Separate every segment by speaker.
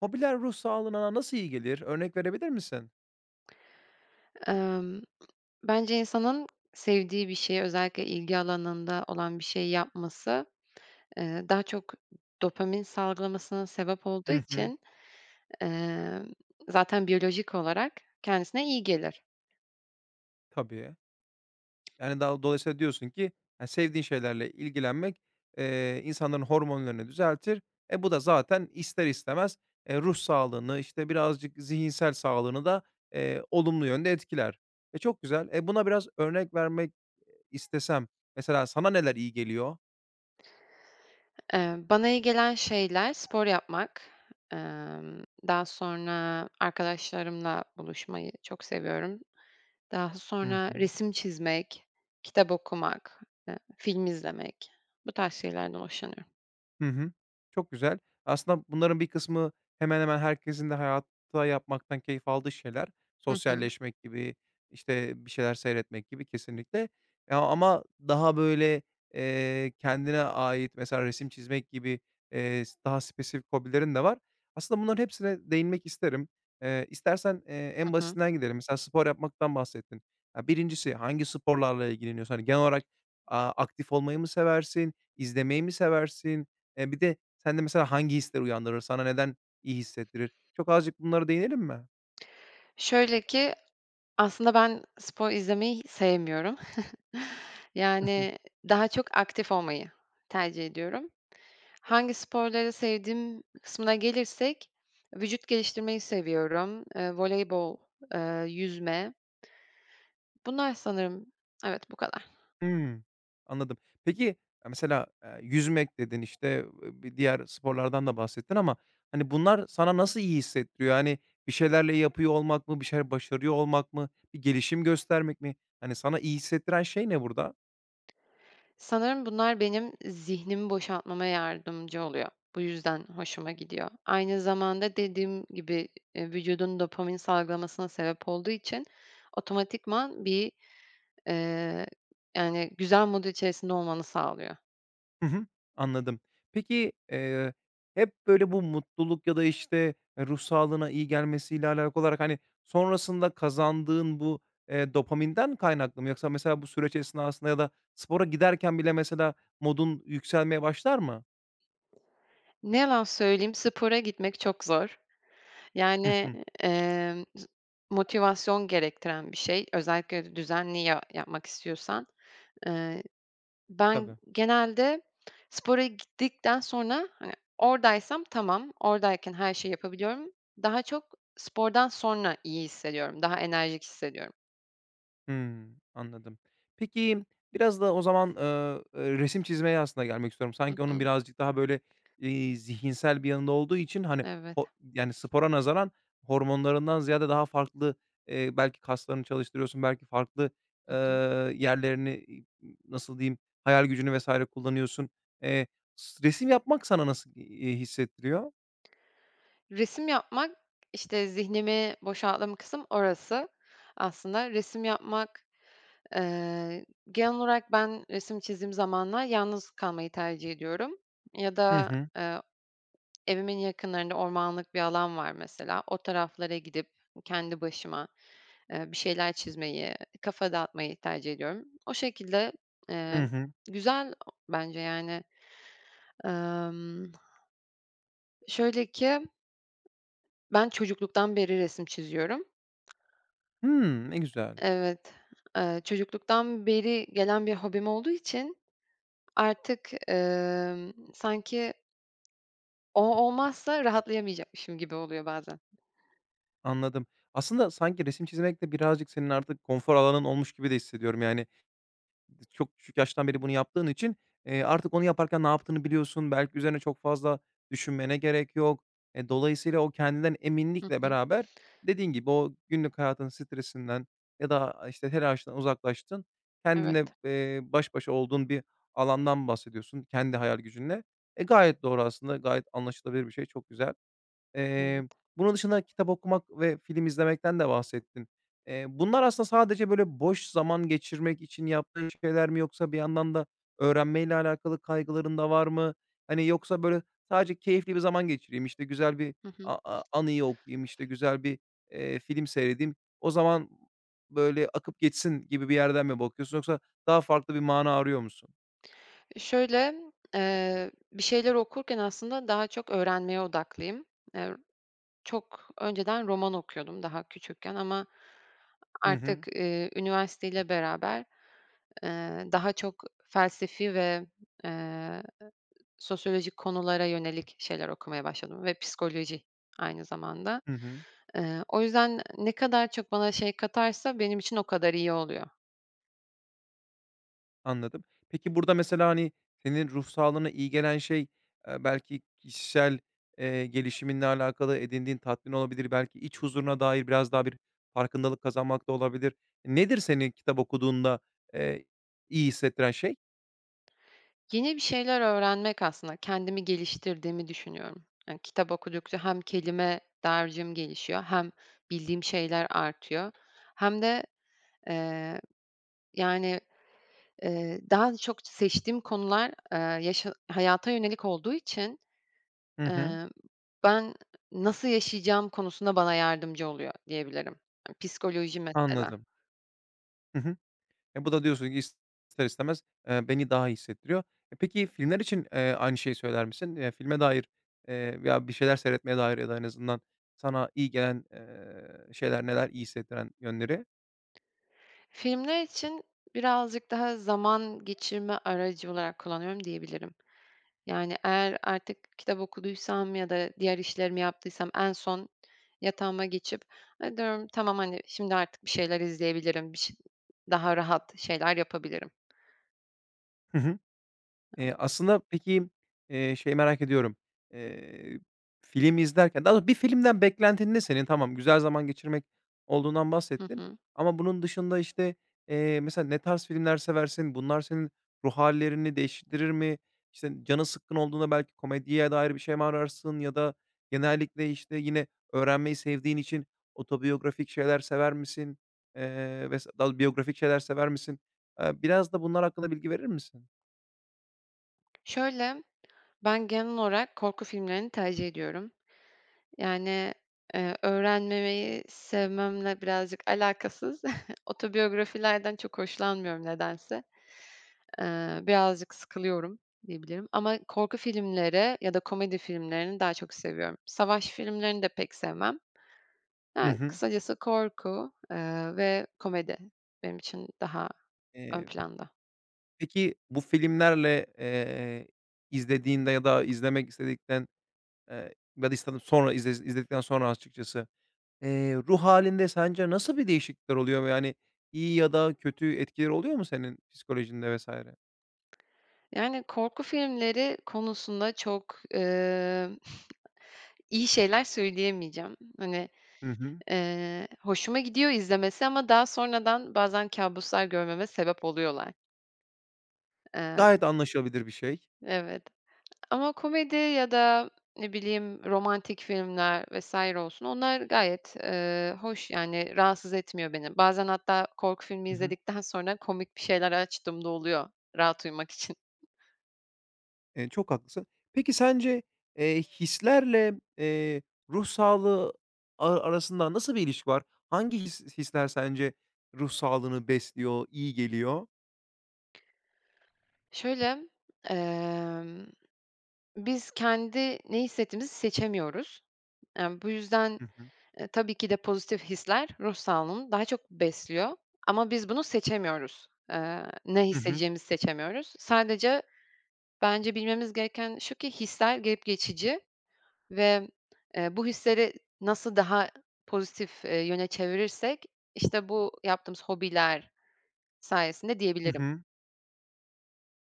Speaker 1: Hobiler ruh sağlığına nasıl iyi gelir? Örnek verebilir misin?
Speaker 2: Emm, Bence insanın sevdiği bir şeyi, özellikle ilgi alanında olan bir şey yapması, daha çok dopamin salgılamasına sebep olduğu
Speaker 1: Hı hı.
Speaker 2: için, emm, zaten biyolojik olarak kendisine iyi gelir.
Speaker 1: Tabii. Yani, daha dolayısıyla diyorsun ki, yani, sevdiğin şeylerle ilgilenmek, insanların hormonlarını düzeltir. E, bu da zaten ister istemez, ruh sağlığını, işte, birazcık zihinsel sağlığını da, olumlu yönde etkiler. E, çok güzel. E, buna biraz örnek vermek istesem, mesela sana neler iyi geliyor?
Speaker 2: Bana iyi gelen şeyler spor yapmak, daha sonra arkadaşlarımla buluşmayı çok seviyorum. Daha
Speaker 1: Hı
Speaker 2: sonra
Speaker 1: hı.
Speaker 2: resim çizmek, kitap okumak, film izlemek, bu tarz şeylerden hoşlanıyorum.
Speaker 1: Hı hı. Çok güzel. Aslında bunların bir kısmı hemen hemen herkesin de hayatta yapmaktan keyif aldığı şeyler.
Speaker 2: Hı hı.
Speaker 1: Sosyalleşmek gibi, işte, bir şeyler seyretmek gibi kesinlikle. Ya, ama daha, böyle, kendine ait mesela resim çizmek gibi, daha spesifik hobilerin de var. Aslında bunların hepsine değinmek isterim. İstersen,
Speaker 2: Hı
Speaker 1: en
Speaker 2: hı.
Speaker 1: basitinden gidelim. Mesela spor yapmaktan bahsettin. Ya, 1'incisi hangi sporlarla ilgileniyorsun? Hani, genel olarak, aktif olmayı mı seversin, izlemeyi mi seversin? E, bir de sende mesela hangi hisler uyandırır? Sana neden iyi hissettirir? Çok azıcık bunlara değinelim mi?
Speaker 2: Şöyle ki, aslında ben spor izlemeyi sevmiyorum. Yani, daha çok aktif olmayı tercih ediyorum. Hangi sporları sevdiğim kısmına gelirsek, vücut geliştirmeyi seviyorum. Voleybol, yüzme. Bunlar sanırım evet, bu kadar.
Speaker 1: Hımm, anladım. Peki, ya, mesela, yüzmek dedin, işte, bir diğer sporlardan da bahsettin ama, hani, bunlar sana nasıl iyi hissettiriyor? Yani, bir şeylerle yapıyor olmak mı? Bir şeyler başarıyor olmak mı? Bir gelişim göstermek mi? Hani, sana iyi hissettiren şey ne burada?
Speaker 2: Sanırım bunlar benim zihnimi boşaltmama yardımcı oluyor. Bu yüzden hoşuma gidiyor. Aynı zamanda dediğim gibi, vücudun dopamin salgılamasına sebep olduğu için otomatikman bir Eee, yani, güzel mood içerisinde olmanı sağlıyor.
Speaker 1: Hı hı, anladım. Peki, hep böyle bu mutluluk ya da, işte, ruh sağlığına iyi gelmesiyle alakalı olarak, hani, sonrasında kazandığın bu, dopaminden kaynaklı mı? Yoksa mesela bu süreç esnasında ya da spora giderken bile mesela modun yükselmeye başlar mı?
Speaker 2: Ne yalan söyleyeyim, spora gitmek çok zor.
Speaker 1: Hı
Speaker 2: Yani,
Speaker 1: hı,
Speaker 2: emm, motivasyon gerektiren bir şey. Özellikle düzenli ya yapmak istiyorsan. Eee, ben
Speaker 1: tabii.
Speaker 2: genelde spora gittikten sonra, hani, oradaysam tamam, oradayken her şeyi yapabiliyorum. Daha çok spordan sonra iyi hissediyorum, daha enerjik hissediyorum.
Speaker 1: Hımm, anladım. Peki, biraz da o zaman, resim çizmeye aslında gelmek istiyorum.
Speaker 2: Hı
Speaker 1: Sanki onun
Speaker 2: hı.
Speaker 1: birazcık daha böyle, zihinsel bir yanında olduğu için, hani,
Speaker 2: Evet.
Speaker 1: o yani, spora nazaran hormonlarından ziyade daha farklı, belki kaslarını çalıştırıyorsun, belki farklı,
Speaker 2: Hı
Speaker 1: eee,
Speaker 2: hı.
Speaker 1: yerlerini, nasıl diyeyim, hayal gücünü vs. kullanıyorsun. Eee, s Resim yapmak sana nasıl, hissettiriyor?
Speaker 2: Resim yapmak, işte, zihnimi boşalttığım kısım orası aslında. Resim yapmak, eee, genel olarak ben resim çizdiğim zamanlar yalnız kalmayı tercih ediyorum ya
Speaker 1: Hı
Speaker 2: da,
Speaker 1: hı.
Speaker 2: evimin yakınlarında ormanlık bir alan var mesela. O taraflara gidip kendi başıma, bir şeyler çizmeyi, kafa dağıtmayı tercih ediyorum. O şekilde,
Speaker 1: Hı
Speaker 2: eee,
Speaker 1: hı.
Speaker 2: güzel bence yani. Emm, şöyle ki ben çocukluktan beri resim çiziyorum.
Speaker 1: Hımm, ne güzel.
Speaker 2: Evet, çocukluktan beri gelen bir hobim olduğu için artık, sanki o olmazsa rahatlayamayacakmışım gibi oluyor bazen.
Speaker 1: Anladım. Aslında sanki resim çizmek de birazcık senin artık konfor alanın olmuş gibi de hissediyorum. Yani, çok küçük yaştan beri bunu yaptığın için, artık onu yaparken ne yaptığını biliyorsun. Belki üzerine çok fazla düşünmene gerek yok. E, dolayısıyla o kendinden
Speaker 2: Hı
Speaker 1: eminlikle
Speaker 2: hı.
Speaker 1: beraber dediğin gibi o günlük hayatın stresinden ya da, işte, telaştan uzaklaştın,
Speaker 2: Evet,
Speaker 1: kendine baş başa olduğun bir alandan bahsediyorsun kendi hayal gücünle. E, gayet doğru aslında, gayet anlaşılabilir bir şey, çok güzel.
Speaker 2: evet.
Speaker 1: Eee, Bunun dışında kitap okumak ve film izlemekten de bahsettin. Bunlar aslında sadece böyle boş zaman geçirmek için yaptığın şeyler mi yoksa bir yandan da öğrenmeyle alakalı kaygıların da var mı? Hani, yoksa böyle sadece keyifli bir zaman geçireyim, işte, güzel bir
Speaker 2: Hı hı.
Speaker 1: a a anıyı okuyayım, işte, güzel bir, film seyredeyim, o zaman böyle akıp geçsin gibi bir yerden mi bakıyorsun yoksa daha farklı bir mana arıyor musun?
Speaker 2: Şöyle, bir şeyler okurken aslında daha çok öğrenmeye odaklıyım. Eee, çok önceden roman okuyordum daha küçükken ama
Speaker 1: Hı hı.
Speaker 2: artık, üniversiteyle beraber, daha çok felsefi ve, eee, sosyolojik konulara yönelik şeyler okumaya başladım ve psikoloji aynı zamanda.
Speaker 1: Hı hı.
Speaker 2: O yüzden ne kadar çok bana şey katarsa benim için o kadar iyi oluyor.
Speaker 1: Anladım. Peki, burada mesela, hani, senin ruh sağlığına iyi gelen şey, belki kişisel, gelişiminle alakalı edindiğin tatmin olabilir, belki iç huzuruna dair biraz daha bir farkındalık kazanmak da olabilir. Nedir senin kitap okuduğunda, eee, İyi hissettiren şey?
Speaker 2: Yeni bir şeyler öğrenmek aslında kendimi geliştirdiğimi düşünüyorum. Yani kitap okudukça hem kelime dağarcığım gelişiyor hem bildiğim şeyler artıyor hem de, eee, yani daha çok seçtiğim konular, yaşa hayata yönelik olduğu için,
Speaker 1: Hı hı,
Speaker 2: eee, ben nasıl yaşayacağım konusunda bana yardımcı oluyor diyebilirim. Hani, psikoloji mesela.
Speaker 1: anladım. Hı hı. E, bu da diyorsun ki ister istemez, beni daha iyi hissettiriyor. E, peki filmler için, aynı şeyi söyler misin? Filme dair, veya bir şeyler seyretmeye dair ya da en azından, sana iyi gelen, şeyler neler, iyi hissettiren yönleri?
Speaker 2: Filmler için birazcık daha zaman geçirme aracı olarak kullanıyorum diyebilirim. Yani eğer artık kitap okuduysam ya da diğer işlerimi yaptıysam en son yatağıma geçip, hani, diyorum tamam, hani, şimdi artık bir şeyler izleyebilirim, bir şey daha rahat şeyler yapabilirim.
Speaker 1: Hı hı. Aslında peki, şeyi merak ediyorum. Eee, Film izlerken daha doğrusu bir filmden beklentin ne senin? Tamam, güzel zaman geçirmek olduğundan
Speaker 2: Hı
Speaker 1: bahsettin
Speaker 2: hı.
Speaker 1: ama bunun dışında, işte, mesela ne tarz filmler seversin? Bunlar senin ruh hallerini değiştirir mi? İşte, canın sıkkın olduğunda belki komediye dair bir şey mi ararsın ya da genellikle, işte, yine öğrenmeyi sevdiğin için otobiyografik şeyler sever misin? Vs. daha biyografik şeyler sever misin? Biraz da bunlar hakkında bilgi verir misin?
Speaker 2: Şöyle ben genel olarak korku filmlerini tercih ediyorum. Yani, öğrenmemeyi sevmemle birazcık alakasız. Otobiyografilerden çok hoşlanmıyorum nedense. Birazcık sıkılıyorum diyebilirim ama korku filmleri ya da komedi filmlerini daha çok seviyorum. Savaş filmlerini de pek sevmem.
Speaker 1: Hı
Speaker 2: Yani,
Speaker 1: hı.
Speaker 2: kısacası korku, ve komedi benim için daha ön
Speaker 1: Eee,
Speaker 2: planda.
Speaker 1: peki bu filmlerle, izlediğinde ya da izlemek istedikten, ya da istedim sonra izledikten sonra açıkçası, ruh hâlinde sence nasıl bir değişiklikler oluyor ve, yani, iyi ya da kötü etkileri oluyor mu senin psikolojinde vs?
Speaker 2: Yani, korku filmleri konusunda çok, İyi şeyler söyleyemeyeceğim. Hani,
Speaker 1: Hı hı.
Speaker 2: hoşuma gidiyor izlemesi ama daha sonradan bazen kabuslar görmeme sebep oluyorlar. Eee,
Speaker 1: Gayet anlaşılabilir bir şey.
Speaker 2: evet ama komedi ya da ne bileyim romantik filmler vesaire olsun onlar gayet, hoş yani rahatsız etmiyor beni. Bazen hatta korku filmi
Speaker 1: Hı hı.
Speaker 2: izledikten sonra komik bir şeyler açtığımda oluyor rahat uyumak için.
Speaker 1: Çok haklısın. Peki sence, hislerle, ruh sağlığı arasında nasıl bir ilişki var? Hangi hisler sence ruh sağlığını besliyor, iyi geliyor?
Speaker 2: Şöyle, emm, biz kendi ne hissettiğimizi seçemiyoruz. Yani bu yüzden
Speaker 1: Hı hı.
Speaker 2: Tabii ki de pozitif hisler ruh sağlığını daha çok besliyor ama biz bunu seçemiyoruz. Ne
Speaker 1: Hı hı.
Speaker 2: hissedeceğimizi seçemiyoruz. Sadece bence bilmemiz gereken şu ki hisler gelip geçici ve, bu hisleri nasıl daha pozitif, yöne çevirirsek, işte, bu yaptığımız hobiler sayesinde
Speaker 1: Hı
Speaker 2: diyebilirim.
Speaker 1: hı.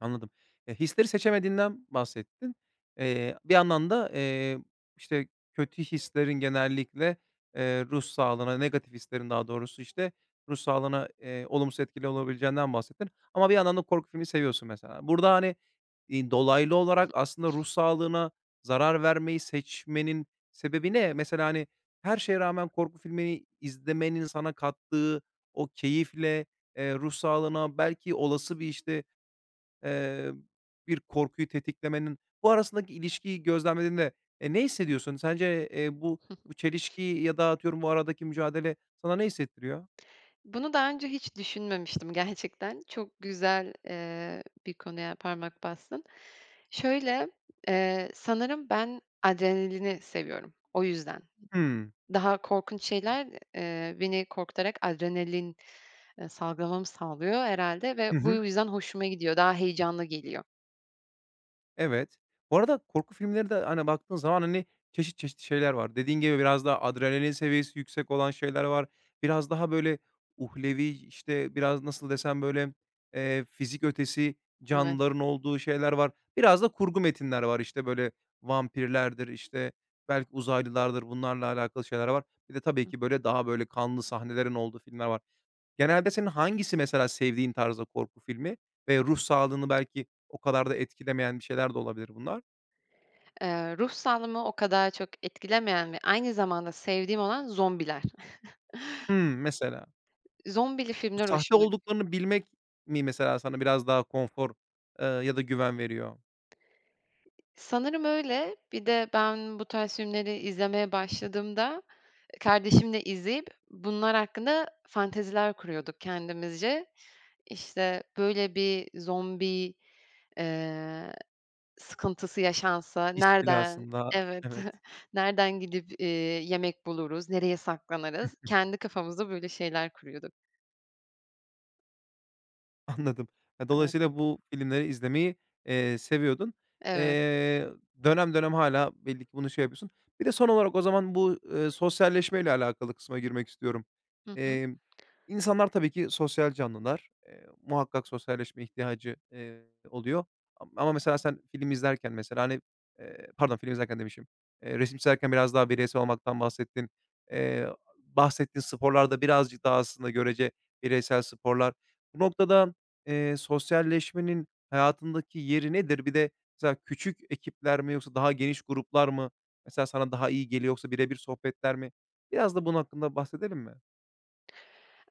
Speaker 1: Anladım. E, hisleri seçemediğinden bahsettin. Bir yandan da, işte, kötü hislerin genellikle, ruh sağlığına, negatif hislerin daha doğrusu, işte, ruh sağlığına, olumsuz etkili olabileceğinden bahsettin ama bir yandan da korku filmi seviyorsun mesela. Burada, hani, dolaylı olarak aslında ruh sağlığına zarar vermeyi seçmenin sebebi ne? Mesela, hani, her şeye rağmen korku filmini izlemenin sana kattığı o keyifle, ruh sağlığına belki olası bir, işte, Eee, bir korkuyu tetiklemenin bu arasındaki ilişkiyi gözlemlediğinde, ne hissediyorsun? Sence, bu çelişki ya da atıyorum bu aradaki mücadele sana ne hissettiriyor?
Speaker 2: Bunu daha önce hiç düşünmemiştim gerçekten. Çok güzel, bir konuya parmak bastın. Şöyle, sanırım ben adrenalini seviyorum. O yüzden.
Speaker 1: Hımm.
Speaker 2: Daha korkunç şeyler, beni korkutarak adrenalin, salgılamamı sağlıyor herhâlde ve
Speaker 1: Hı
Speaker 2: bu
Speaker 1: hı.
Speaker 2: yüzden hoşuma gidiyor. Daha heyecanlı geliyor.
Speaker 1: Evet. Bu arada korku filmleri de, hani, baktığın zaman, hani, çeşit çeşit şeyler var. Dediğin gibi biraz daha adrenalin seviyesi yüksek olan şeyler var. Biraz daha, böyle, uhlevi, işte, biraz nasıl desem, böyle, fizik ötesi
Speaker 2: Evet.
Speaker 1: canlıların olduğu şeyler var. Biraz da kurgu metinler var. İşte, böyle, vampirlerdir, işte, belki uzaylılardır, bunlarla alakalı şeyler var. Bir de tabii ki, böyle, daha, böyle, kanlı sahnelerin olduğu filmler var. Genelde senin hangisi mesela sevdiğin tarzda korku filmi ve ruh sağlığını belki o kadar da etkilemeyen bir şeyler de olabilir bunlar?
Speaker 2: Ruh sağlığımı o kadar çok etkilemeyen ve aynı zamanda sevdiğim olan zombiler.
Speaker 1: Hımm, mesela.
Speaker 2: Zombili
Speaker 1: Bu
Speaker 2: filmler
Speaker 1: sahte
Speaker 2: hoşuma
Speaker 1: olduklarını bilmek mi mesela sana biraz daha konfor, ya da güven veriyor?
Speaker 2: sanırım öyle. Bir de ben bu tarz filmleri izlemeye başladığımda kardeşimle izleyip bunlar hakkında fanteziler kuruyorduk kendimizce. İşte, böyle bir zombi, eee, sıkıntısı yaşansa nereden
Speaker 1: İstilasında.
Speaker 2: evet,
Speaker 1: Evet.
Speaker 2: nereden gidip, yemek buluruz, nereye saklanırız? Kendi kafamızda böyle şeyler kuruyorduk.
Speaker 1: Anladım. Ya,
Speaker 2: Evet,
Speaker 1: dolayısıyla bu filmleri izlemeyi, seviyordun.
Speaker 2: evet.
Speaker 1: Eee, Dönem dönem hâlâ belli ki bunu şey yapıyorsun. Bir de son olarak o zaman bu, sosyalleşmeyle alakalı kısma girmek istiyorum.
Speaker 2: Hı hı.
Speaker 1: Emm, insanlar tabii ki sosyal canlılar. Muhakkak sosyalleşme ihtiyacı, oluyor. Ama mesela sen film izlerken mesela, hani, pardon film izlerken demişim, resim çizerken biraz daha bireysel olmaktan bahsettin. Eee, Bahsettiğin sporlarda birazcık daha aslında görece bireysel sporlar. Bu noktada sosyalleşmenin hayatındaki yeri nedir? Bir de mesela küçük ekipler mi yoksa daha geniş gruplar mı mesela sana daha iyi geliyor yoksa birebir sohbetler mi? Biraz da bunun hakkında bahsedelim mi?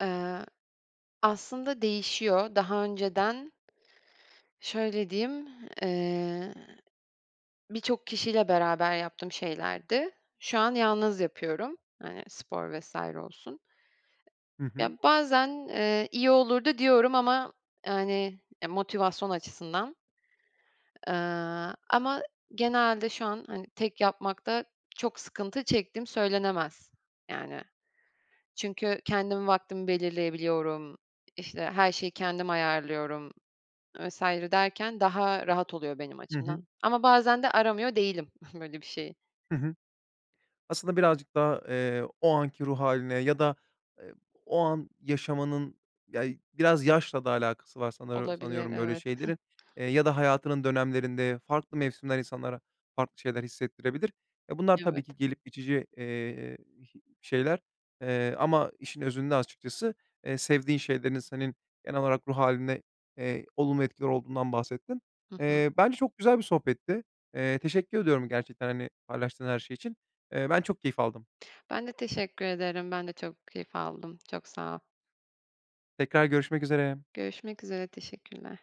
Speaker 2: Eee, aslında değişiyor. Daha önceden şöyle diyeyim, birçok kişiyle beraber yaptığım şeylerdi. Şu an yalnız yapıyorum. Yani spor vesaire olsun.
Speaker 1: Hı hı.
Speaker 2: Ya, bazen, iyi olurdu diyorum ama, yani, motivasyon açısından. Eee, ama genelde şu an, hani, tek yapmakta çok sıkıntı çektiğim söylenemez, yani. Çünkü kendim vaktimi belirleyebiliyorum, işte, her şeyi kendim ayarlıyorum vesaire derken daha rahat oluyor benim
Speaker 1: Hı hı.
Speaker 2: açımdan. Ama bazen de aramıyor değilim böyle bir şey
Speaker 1: Hı hı. Aslında birazcık daha, o anki ruh haline ya da, eee, o an yaşamanın, ya, biraz yaşla da alakası var sanarı
Speaker 2: olabilir,
Speaker 1: sanıyorum böyle
Speaker 2: evet.
Speaker 1: şeylerin, ya da hayatının dönemlerinde farklı mevsimler insanlara farklı şeyler hissettirebilir. E, bunlar tabii
Speaker 2: Evet.
Speaker 1: ki gelip geçici, hi şeyler, ama işin özünde açıkçası, sevdiğin şeylerin senin genel olarak ruh hâline, olumlu etkiler olduğundan bahsettin.
Speaker 2: Hı hı.
Speaker 1: Bence çok güzel bir sohbetti. Teşekkür ediyorum gerçekten, hani, paylaştığın her şey için. Ben çok keyif aldım.
Speaker 2: Ben de teşekkür ederim. Ben de çok keyif aldım. Çok sağ ol.
Speaker 1: Tekrar görüşmek üzere.
Speaker 2: Görüşmek üzere. Teşekkürler.